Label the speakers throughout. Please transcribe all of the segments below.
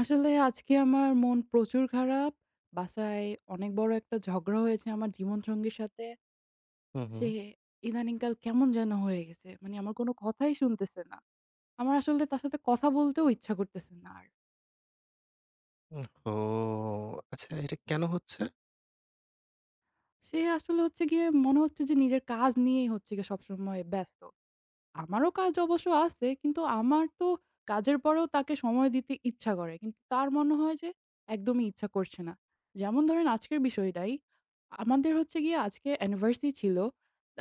Speaker 1: আসলে আজকে আমার মন প্রচুর খারাপ। বাসায় অনেক বড় একটা ঝগড়া হয়েছে আমার জীবনসঙ্গীর সাথে।
Speaker 2: হুম, হুম।
Speaker 1: সে ইদানিংকাল কেমন যেন হয়ে গেছে। মানে আমার কোনো কথাই শুনতেছে না। আমার আসলে তার সাথে কথা বলতেও ইচ্ছা করতেছে না আর।
Speaker 2: উহ ও আচ্ছা, এটা কেন হচ্ছে?
Speaker 1: সে আসলে হচ্ছে গিয়ে মনে হচ্ছে যে নিজের কাজ নিয়েই হচ্ছে গিয়ে সবসময় ব্যস্ত। আমারও কাজ অবশ্য আছে। কিন্তু আমার তো কাজের পরেও তাকে সময় দিতে ইচ্ছা করে। কিন্তু তার মনে হয় যে একদমই ইচ্ছা করছে না। যেমন ধরেন আজকের বিষয়টাই, আমাদের হচ্ছে গিয়ে আজকে অ্যানিভার্সারি ছিল।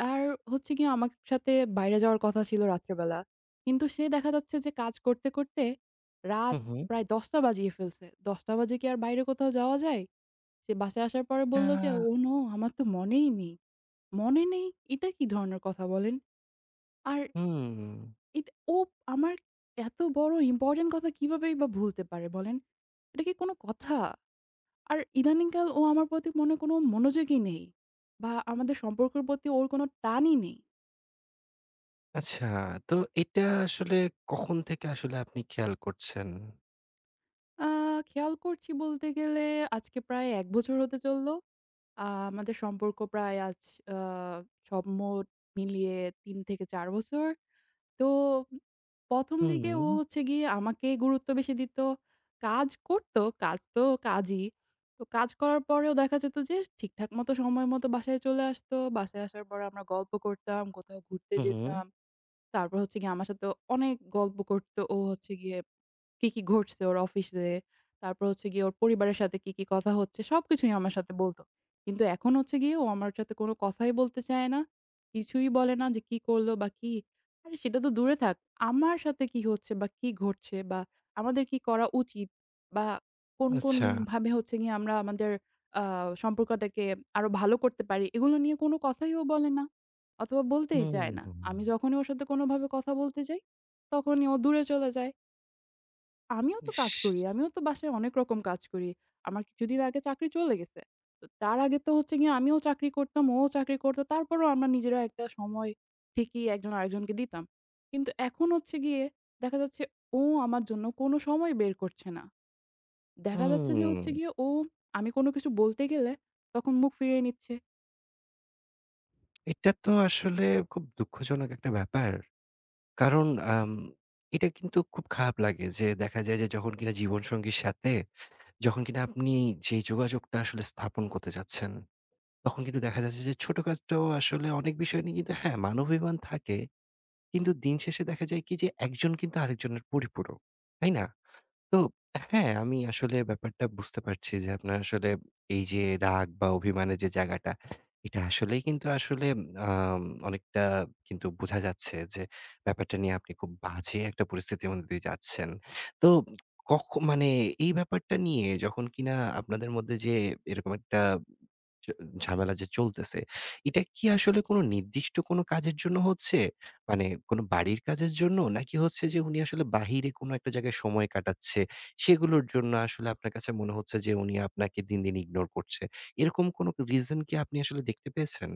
Speaker 1: আর হচ্ছে গিয়ে আমার সাথে বাইরে যাওয়ার কথা ছিল রাত্রেবেলা। কিন্তু সে দেখা যাচ্ছে যে কাজ করতে, করতে রাত
Speaker 2: হুম, হুম।
Speaker 1: প্রায় ১০টা বাজিয়ে ফেলছে। ১০টা বাজে কি আর বাইরে কোথাও যাওয়া যায়? সে বাসায় আসার পরে
Speaker 2: আ
Speaker 1: বলল যে, "Oh no! আমার তো মনেই নেই।" মনে নেই? এটা কি ধরনের কথা বলেন? আর
Speaker 2: হুম।
Speaker 1: এট ও আমার এত বড় ইম্পোর্টেন্ট কথা কিভাবেই বা ভুলতে পারে বলেন? এটা কি কোনো কথা? আর ইদানিংকাল ও আমার প্রতি মনে হয় কোনো মনোযোগই নেই বা আমাদের সম্পর্কের প্রতি ওর কোনো টানই নেই।
Speaker 2: আচ্ছা, তো এটা আসলে কখন থেকে আসলে আপনি খেয়াল করছেন?
Speaker 1: আ খেয়াল করছি বলতে গেলে আজকে প্রায় ১ বছর হতে চলল। আ আমাদের সম্পর্ক প্রায় আজ আ সব মোট মিলিয়ে ৩ থেকে ৪ বছর। তো ১ম দিকে
Speaker 2: হুম,
Speaker 1: ও হচ্ছে গিয়ে আমাকে গুরুত্ব বেশি দিত। কাজ করত, কাজ তো কাজই। তো কাজ করার পরেও দেখা যেত যে ঠিকঠাক মতো সময় মতো বাসায় চলে আসতো। বাসায় আসার পরে আমরা গল্প করতাম, কোথাও ঘুরতে
Speaker 2: হুম, হুম।
Speaker 1: যেতাম। তারপর হচ্ছে গিয়ে আমার সাথে অনেক গল্প করতো। ও হচ্ছে গিয়ে কি, কি ঘটছে ওর অফিসে। তারপর হচ্ছে গিয়ে ওর পরিবারের সাথে কি, কি কথা হচ্ছে সবকিছুই আমার সাথে বলত। কিন্তু এখন হচ্ছে গিয়ে ও আমার সাথে কোনো কথাই বলতে চায় না। কিছুই বলে না যে কি করলো বা কি। আরে সেটা তো দূরে থাক। আমার সাথে কি হচ্ছে বা কি ঘটছে বা আমাদের কি করা উচিত বা কোন, কোন
Speaker 2: আচ্ছা।
Speaker 1: ভাবে হচ্ছে গিয়ে আমরা আমাদের আ সম্পর্কটাকে আরো ভালো করতে পারি এগুলো নিয়ে কোনো কথাই ও বলে না। অথবা বলতেই চায় না।
Speaker 2: হুম।
Speaker 1: আমি যখনই ওর সাথে কোনোভাবে কথা বলতে যাই, তখনই ও দূরে চলে যায়। আমিও তো
Speaker 2: ইস!
Speaker 1: কাজ করি। আমিও তো বাসায় অনেক রকম কাজ করি। আমার কিছুদিন আগে চাকরি চলে গেছে। তো তার আগে তো হচ্ছে গিয়ে আমিও চাকরি করতাম, ও চাকরি করতো। তারপরেও আমরা নিজেরা একটা সময় ঠিকই একজন আরেকজনকে দিতাম। কিন্তু এখন হচ্ছে গিয়ে দেখা যাচ্ছে ও আমার জন্য কোনো সময় বের করছে না। দেখা যাচ্ছে যে
Speaker 2: হুম।
Speaker 1: হচ্ছে গিয়ে ও আমি কোনো কিছু বলতে গেলে তখন মুখ ফিরিয়ে নিচ্ছে।
Speaker 2: এটা তো আসলে খুব দুঃখজনক একটা ব্যাপার। কারণ আম এটা কিন্তু খুব খারাপ লাগে যে দেখা যায় যে, যখন কিনা জীবনসঙ্গীর সাথে, যখন কিনা আপনি যে যোগাযোগটা আসলে স্থাপন করতে চাচ্ছেন, তখন কিন্তু দেখা যাচ্ছে যে ছোট কাজটাও আসলে অনেক বিষয় নিয়ে কিন্তু, হ্যাঁ, মানবাভিমান থাকে। কিন্তু দিন শেষে দেখা যায় কি, যে একজন কিন্তু আরেকজনের পরিপূরক। তাই না? তো হ্যাঁ, আমি আসলে ব্যাপারটা বুঝতে পারছি যে, আপনার আসলে এই যে রাগ বা অভিমানের যে জায়গাটা, এটা আসলেই কিন্তু আসলে, আম অনেকটা কিন্তু বোঝা যাচ্ছে যে, ব্যাপারটা নিয়ে আপনি খুব বাজে একটা পরিস্থিতির মধ্যে দিয়ে যাচ্ছেন। তো কখ মানে এই ব্যাপারটা নিয়ে যখন কিনা আপনাদের মধ্যে যে এরকম একটা জ ঝামেলা যে চলতেছে, এটা কি আসলে কোনো নির্দিষ্ট কোনো কাজের জন্য হচ্ছে? মানে কোনো বাড়ির কাজের জন্য? নাকি হচ্ছে যে, উনি আসলে বাহিরে কোনো একটা জায়গায় সময় কাটাচ্ছে, সেগুলোর জন্য আসলে আপনার কাছে মনে হচ্ছে যে উনি আপনাকে দিন, দিন ইগনোর করছে? এরকম কোনো রিজন কি আপনি আসলে দেখতে পেয়েছেন?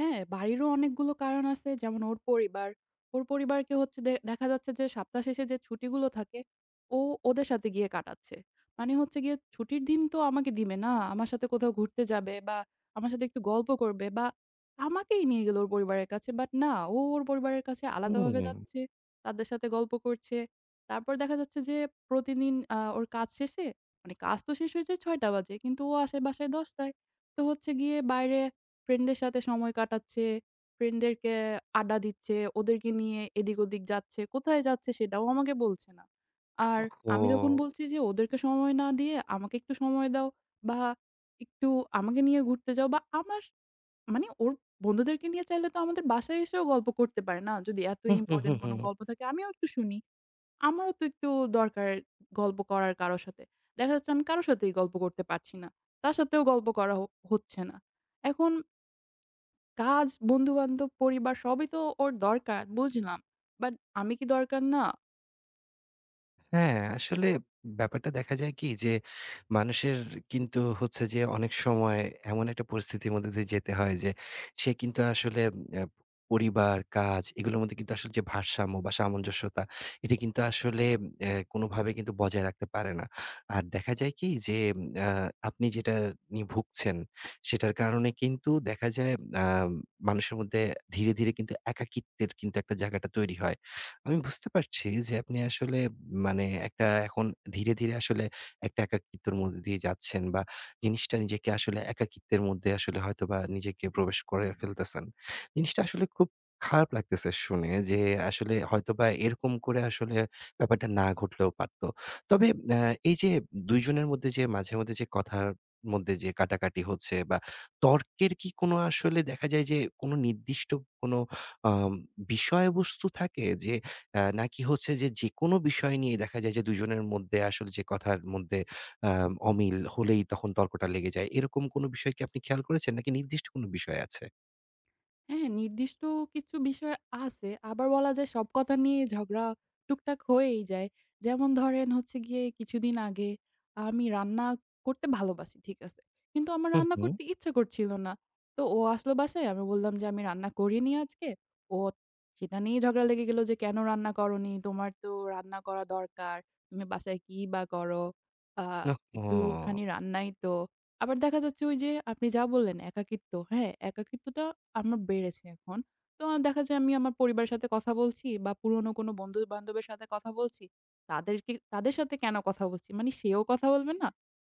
Speaker 1: হ্যাঁ, বাড়িরও অনেকগুলো কারণ আছে। যেমন ওর পরিবার। ওর পরিবারকে হচ্ছে দেখা যাচ্ছে যে সপ্তাহ শেষে যে ছুটিগুলো থাকে, ও ওদের সাথে গিয়ে কাটাচ্ছে। মানে হচ্ছে গিয়ে ছুটির দিন তো আমাকে দিবে না। আমার সাথে কোথাও ঘুরতে যাবে বা আমার সাথে একটু গল্প করবে বা আমাকেই নিয়ে গেল ওর পরিবারের কাছে। বাট না, ও ওর পরিবারের কাছে আলাদাভাবে
Speaker 2: হুম।
Speaker 1: যাচ্ছে। তাদের সাথে গল্প করছে। তারপর দেখা যাচ্ছে যে প্রতিদিন ওর কাজ শেষে মানে কাজ তো শেষ হয়েছে ৬:০০ বাজে। কিন্তু ও আসে বাসায় ১০:০০ টায়। তো হচ্ছে গিয়ে বাইরে ফ্রেন্ডদের সাথে সময় কাটাচ্ছে, ফ্রেন্ডদেরকে আড্ডা দিচ্ছে, ওদেরকে নিয়ে এদিক-ওদিক যাচ্ছে, কোথায় যাচ্ছে সেটাও আমাকে বলছে না। আর
Speaker 2: ওহহো!
Speaker 1: আমি যখন বলছি যে, "ওদেরকে সময় না দিয়ে আমাকে একটু সময় দাও বা একটু আমাকে নিয়ে ঘুরতে যাও" বা আমার মানে ওর বন্ধুদেরকে নিয়ে চাইলে তো আমাদের বাসায় এসেও গল্প করতে পারে না। যদি এত
Speaker 2: হু, হু, হু,
Speaker 1: ইম্পোর্টেন্ট কোনো
Speaker 2: হু।
Speaker 1: গল্প থাকে আমিও একটু শুনি। আমারও তো একটু দরকার গল্প করার কারো সাথে। দেখা যাচ্ছে আমি কারো সাথেই গল্প করতে পারছি না। তার সাথেও গল্প করা হচ্ছে না। এখন কাজ, বন্ধু-বান্ধব, পরিবার সবই তো ওর দরকার বুঝলাম। বাট আমি কি দরকার না?
Speaker 2: হ্যাঁ, আসলে ব্যাপারটা দেখা যায় কি যে, মানুষের কিন্তু হচ্ছে যে অনেক সময় এমন একটা পরিস্থিতির মধ্যে দিয়ে যেতে হয় যে, সে কিন্তু আসলে আ পরিবার, কাজ এগুলোর মধ্যে কিন্তু আসলে যে ভারসাম্য বা সামঞ্জস্যতা, এটা কিন্তু আসলে কোনোভাবে কিন্তু বজায় রাখতে পারে না। আর দেখা যায় কি যে, আ আপনি যেটা নিয়ে ভুগছেন, সেটার কারণে কিন্তু দেখা যায় আ মানুষের মধ্যে ধীরে, ধীরে কিন্তু একাকিত্বের কিন্তু একটা জায়গাটা তৈরি হয়। আমি বুঝতে পারছি যে আপনি আসলে, মানে একটা এখন ধীরে, ধীরে আসলে একটা একাকিত্বের মধ্যে দিয়ে যাচ্ছেন, বা জিনিসটা নিজেকে আসলে একাকিত্বের মধ্যে আসলে হয়তোবা নিজেকে প্রবেশ করে ফেলতেছেন। জিনিসটা আসলে খুব খারাপ লাগতেছে শুনে, যে আসলে হয়তোবা এরকম করে আসলে ব্যাপারটা না ঘটলেও পারত। তবে আ এই যে ২ জনের মধ্যে যে মাঝে মধ্যে যে কথার মধ্যে যে কাটাকাটি হচ্ছে, বা তর্কের কি কোনো আসলে দেখা যায় যে কোনো নির্দিষ্ট কোনো আম বিষয়বস্তু থাকে, যে নাকি হচ্ছে যে, যেকোনো বিষয় নিয়ে দেখা যায় যে, দুজনের মধ্যে আসলে যে কথার মধ্যে আ অমিল হলেই তখন তর্কটা লেগে যায়। এরকম কোনো বিষয় কি আপনি খেয়াল করেছেন? নাকি নির্দিষ্ট কোনো বিষয় আছে?
Speaker 1: হ্যাঁ, নির্দিষ্ট কিছু বিষয় আছে। আবার বলা যায় সব কথা নিয়ে ঝগড়া টুকটাক হয়েই যায়। যেমন ধরেন হচ্ছে গিয়ে কিছুদিন আগে আমি রান্না করতে ভালোবাসি, ঠিক আছে। কিন্তু আমার
Speaker 2: হুম,
Speaker 1: রান্না
Speaker 2: হুম।
Speaker 1: করতে ইচ্ছা করছিল না। তো ও আসলো বাসায় আমি বললাম যে, "আমি রান্না করিনি আজকে।" ও সেটা নিয়ে ঝগড়া লেগে গেল যে, "কেন রান্না করোনি? তোমার তো রান্না করা দরকার। তুমি বাসায় কি বা করো? আ
Speaker 2: ওহহো!
Speaker 1: একটুখানি রান্নাই তো।" আবার দেখা যাচ্ছে ওই যে আপনি যা বললেন একাকিত্ব, হ্যাঁ, একাকিত্বটা আমার বেড়েছে এখন। তো দেখা যায় আমি আমার পরিবারের সাথে কথা বলছি বা পুরনো কোনো বন্ধু-বান্ধবের সাথে কথা বলছি। তাদের সাথে কেন কথা বলছি? মানে সেও কথা বলবে না,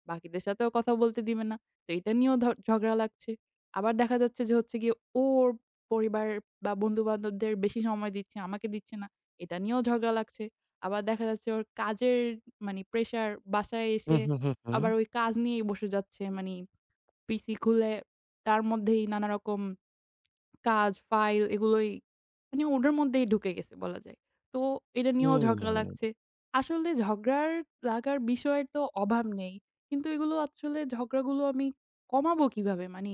Speaker 1: বাকিদের সাথেও কথা বলতে দিবে না। তো এটা নিয়েও ঝগড়া লাগছে। আবার দেখা যাচ্ছে যে হচ্ছে গিয়ে ওর পরিবার বা বন্ধু-বান্ধবদের বেশি সময় দিচ্ছে, আমাকে দিচ্ছে না। এটা নিয়েও ঝগড়া লাগছে। আবার দেখা যাচ্ছে ওর কাজের মানে প্রেশার বাসায়
Speaker 2: হুম,
Speaker 1: এসে
Speaker 2: হুম, হুম, হুম।
Speaker 1: আবার ওই কাজ নিয়েই বসে যাচ্ছে। মানি পিসি খুলে তার মধ্যেই নানারকম কাজ, ফাইল এগুলোই মানে ওটার মধ্যেই ঢুকে গেছে বলা যায়। তো এটা নিয়েও ঝগড়া
Speaker 2: হুম।
Speaker 1: লাগছে। আসলে ঝগড়ার লাগার বিষয়ের তো অভাব নেই। কিন্তু এগুলো আসলে ঝগড়াগুলো আমি কমাবো কিভাবে? মানি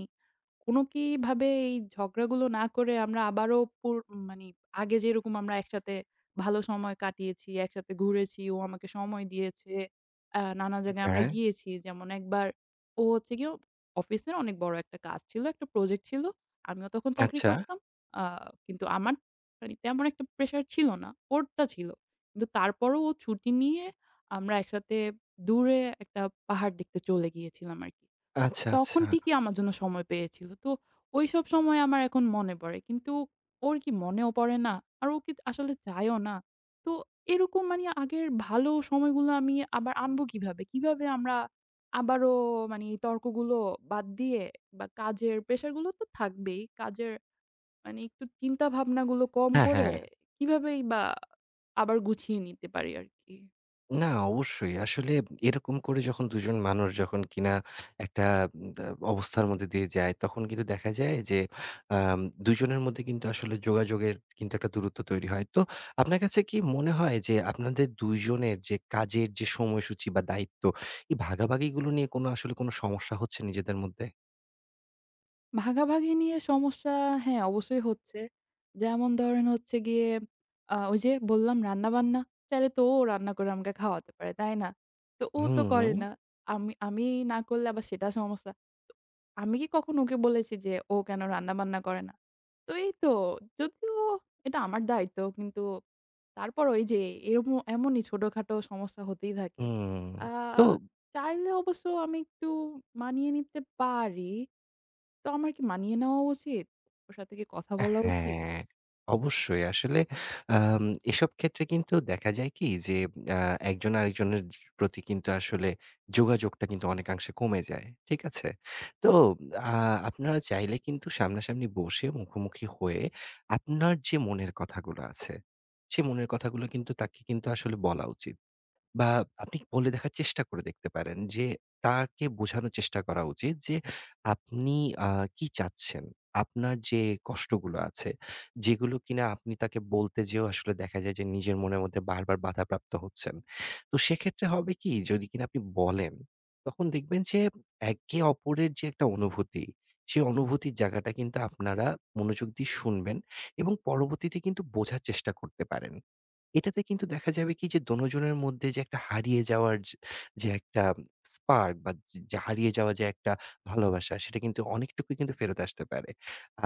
Speaker 1: কোনো কিভাবে এই ঝগড়াগুলো না করে আমরা আবারও মানে আগে যেরকম আমরা একসাথে ভালো সময় কাটিয়েছি, একসাথে ঘুরেছি, ও আমাকে সময় দিয়েছে। নানা জায়গায় আমরা
Speaker 2: হ্যাঁ।
Speaker 1: গিয়েছি। যেমন একবার ও হচ্ছে গিয়ে অফিসের অনেক বড় একটা কাজ ছিল, একটা প্রজেক্ট ছিল। আমিও তখন চাকরি
Speaker 2: আচ্ছা।
Speaker 1: করতাম। আ কিন্তু আমার মানে তেমন একটা প্রেশার ছিল না। ওরটা ছিল। কিন্তু তারপরও ও ছুটি নিয়ে আমরা একসাথে দূরে একটা পাহাড় দেখতে চলে গিয়েছিলাম আরকি।
Speaker 2: আচ্ছা,
Speaker 1: তখন
Speaker 2: আচ্ছা।
Speaker 1: ঠিকই আমার জন্য সময় পেয়েছিল। তো ওইসব সময় আমার এখন মনে পড়ে। কিন্তু ওর কি মনেও পড়ে না? আর ও কি আসলে চায়ও না। তো এরকম মানে আগের ভালো সময়গুলো আমি আবার আনবো কিভাবে? কিভাবে আমরা আবারও মানে এই তর্কগুলো বাদ দিয়ে বা কাজের প্রেশার গুলো তো থাকবেই। কাজের মানে একটু চিন্তা ভাবনাগুলো কম
Speaker 2: হ্যাঁ,
Speaker 1: করে
Speaker 2: হ্যাঁ।
Speaker 1: কিভাবেই বা আবার গুছিয়ে নিতে পারি আরকি?
Speaker 2: না, অবশ্যই। আসলে এরকম করে যখন দুজন মানুষ যখন কিনা একটা উম দা অবস্থার মধ্যে দিয়ে যায়, তখন কিন্তু দেখা যায় যে, আম দুজনের মধ্যে কিন্তু আসলে যোগাযোগের কিন্তু একটা দূরত্ব তৈরি হয়। তো আপনার কাছে কি মনে হয় যে, আপনাদের দুইজনের যে কাজের যে সময়সূচি বা দায়িত্ব, এই ভাগাভাগিগুলো নিয়ে কোনো আসলে কোনো সমস্যা হচ্ছে নিজেদের মধ্যে?
Speaker 1: ভাগাভাগি নিয়ে সমস্যা হ্যাঁ, অবশ্যই হচ্ছে। যেমন ধরেন হচ্ছে গিয়ে ওই যে বললাম রান্না-বান্না, চাইলে তো ও রান্না করে আমাকে খাওয়াতে পারে, তাই না? তো ও তো করে
Speaker 2: হুম,
Speaker 1: না। আমি আমি না করলে আবার সেটা সমস্যা। আমি কি কখনো ওকে বলেছি যে ও কেন রান্না-বান্না করে না? তো এই তো যদিও এটা আমার দায়িত্ব কিন্তু তারপরও এই যে এরকম এমনই ছোটখাটো সমস্যা হতেই থাকে।
Speaker 2: হুম।
Speaker 1: আ
Speaker 2: তো
Speaker 1: চাইলে অবশ্য আমি একটু মানিয়ে নিতে পারি। তো আমার কি মানিয়ে নেওয়া উচিত? ওর সাথে কি কথা বলা উচিত?
Speaker 2: হ্যাঁ, অবশ্যই। আসলে আম এসব ক্ষেত্রে কিন্তু দেখা যায় কি যে, আ একজন আরেকজনের প্রতি কিন্তু আসলে যোগাযোগটা কিন্তু অনেকাংশে কমে যায়। ঠিক আছে? তো আ আপনারা চাইলে কিন্তু সামনাসামনি বসে মুখোমুখি হয়ে আপনার যে মনের কথাগুলো আছে, সে মনের কথাগুলো কিন্তু তাকে কিন্তু আসলে বলা উচিত। বা আপনি বলে দেখার চেষ্টা করে দেখতে পারেন যে, তাকে বোঝানোর চেষ্টা করা উচিত যে আপনি আ কি চাচ্ছেন? আপনার যে কষ্টগুলো আছে, যেগুলো কিনা আপনি তাকে বলতে যেয়েও আসলে দেখা যায় যে নিজের মনের মধ্যে বারবার বাধাপ্রাপ্ত হচ্ছেন। তো সেক্ষেত্রে হবে কি? যদি কিনা আপনি বলেন, তখন দেখবেন যে একে অপরের যে একটা অনুভূতি, সে অনুভূতির জায়গাটা কিন্তু আপনারা মনোযোগ দিয়ে শুনবেন এবং পরবর্তীতে কিন্তু বোঝার চেষ্টা করতে পারেন। এটাতে কিন্তু দেখা যাবে কি যে, দোনোজনের মধ্যে যে একটা হারিয়ে যাওয়ার যে যে একটা স্পার্ক, বা যে যে হারিয়ে যাওয়া যে একটা ভালোবাসা, সেটা কিন্তু অনেকটুকুই কিন্তু ফেরত আসতে পারে।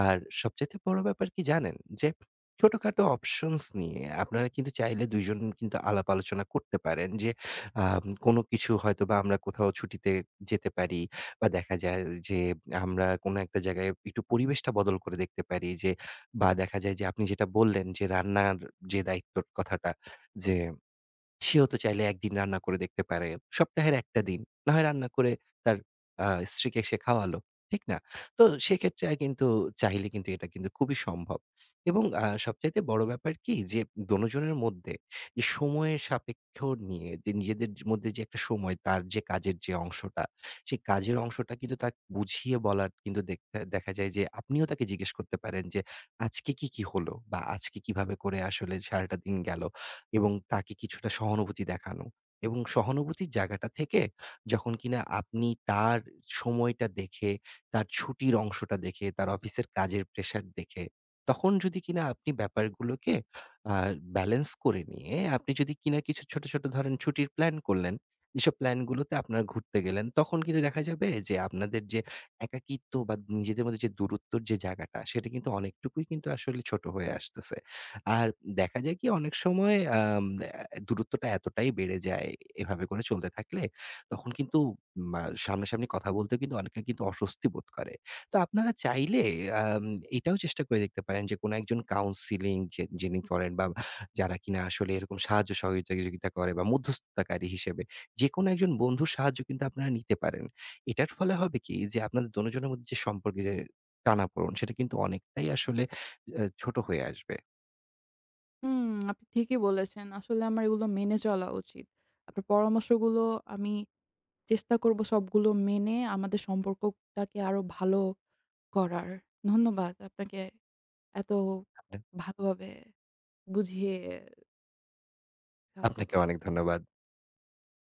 Speaker 2: আর সবচাইতে বড় ব্যাপার কি জানেন? যে ছোটখাটো অপশনস নিয়ে আপনারা কিন্তু চাইলে ২ জন কিন্তু আলাপ আলোচনা করতে পারেন যে, কোনো কিছু হয়তোবা আমরা কোথাও ছুটিতে যেতে পারি, বা দেখা যায় যে আমরা কোনো একটা জায়গায় একটু পরিবেশটা বদল করে দেখতে পারি, যে বা দেখা যায় যে আপনি যেটা বললেন যে রান্নার যে দায়িত্বর কথাটা, যে সেও তো চাইলে ১ দিন রান্না করে দেখতে পারে। সপ্তাহের ১ টা দিন। না হয় রান্না করে তার স্ত্রীকে সে খাওয়ালো। ঠিক না? তো সেক্ষেত্রে কিন্তু চাইলে কিন্তু এটা কিন্তু খুবই সম্ভব। এবং সবচাইতে বড় ব্যাপার কি যে, দোনোজনের মধ্যে যে সময়ের সাপেক্ষ নিয়ে যে নিজেদের মধ্যে যে একটা সময় তার যে কাজের যে অংশটা, সেই কাজের অংশটা কিন্তু তাকে বুঝিয়ে বলার কিন্তু, দেখতে দেখা যায় যে আপনিও তাকে জিজ্ঞেস করতে পারেন যে, আজকে কি, কি হলো? বা আজকে কিভাবে করে আসলে সারাটা দিন গেল? এবং তাকে কিছুটা সহানুভূতি দেখানো এবং সহানুভূতির জায়গাটা থেকে যখন কিনা আপনি তার সময়টা দেখে, তার ছুটির অংশটা দেখে, তার অফিসের কাজের প্রেশার দেখে, তখন যদি কিনা আপনি ব্যাপারগুলোকে আ ব্যালেন্স করে নিয়ে আপনি যদি কিনা কিছু ছোট, ছোট, ধরেন, ছুটির প্ল্যান করলেন, যেসব প্ল্যানগুলোতে আপনারা ঘুরতে গেলেন, তখন কিন্তু দেখা যাবে যে আপনাদের যে একাকিত্ব বা নিজেদের মধ্যে যে দূরত্বর যে জায়গাটা, সেটা কিন্তু অনেকটুকুই কিন্তু আসলে ছোট হয়ে আসতেছে। আর দেখা যায় কি অনেক সময় উম অ্যা দূরত্বটা এতটাই বেড়ে যায় এভাবে করে চলতে থাকলে, তখন কিন্তু মা সামনাসামনি কথা বলতেও কিন্তু অনেকে কিন্তু অস্বস্তি বোধ করে। তো আপনারা চাইলে আম এটাও চেষ্টা করে দেখতে পারেন যে, কোনো একজন কাউন্সেলিং যে যিনি করেন, বা যারা কিনা আসলে এরকম সাহায্য সহযোগিতা করে বা মধ্যস্থতাকারী হিসেবে যেকোনো একজন বন্ধুর সাহায্য কিন্তু আপনারা নিতে পারেন। এটার ফলে হবে কি যে, আপনাদের দোনোজনের মধ্যে যে সম্পর্কে যে টানাপোড়েন, সেটা কিন্তু অনেকটাই আসলে ছোট হয়ে আসবে।
Speaker 1: হুম, আপনি ঠিকই বলেছেন। আসলে আমার এগুলো মেনে চলা উচিত। আপনার পরামর্শগুলো আমি চেষ্টা করব সবগুলো মেনে আমাদের সম্পর্কটাকে আরো ভালো করার। ধন্যবাদ আপনাকে এত
Speaker 2: আপনা
Speaker 1: ভালোভাবে বুঝিয়ে সাহায্য
Speaker 2: আপনাকে
Speaker 1: করার
Speaker 2: অনেক
Speaker 1: জন্য।
Speaker 2: ধন্যবাদ।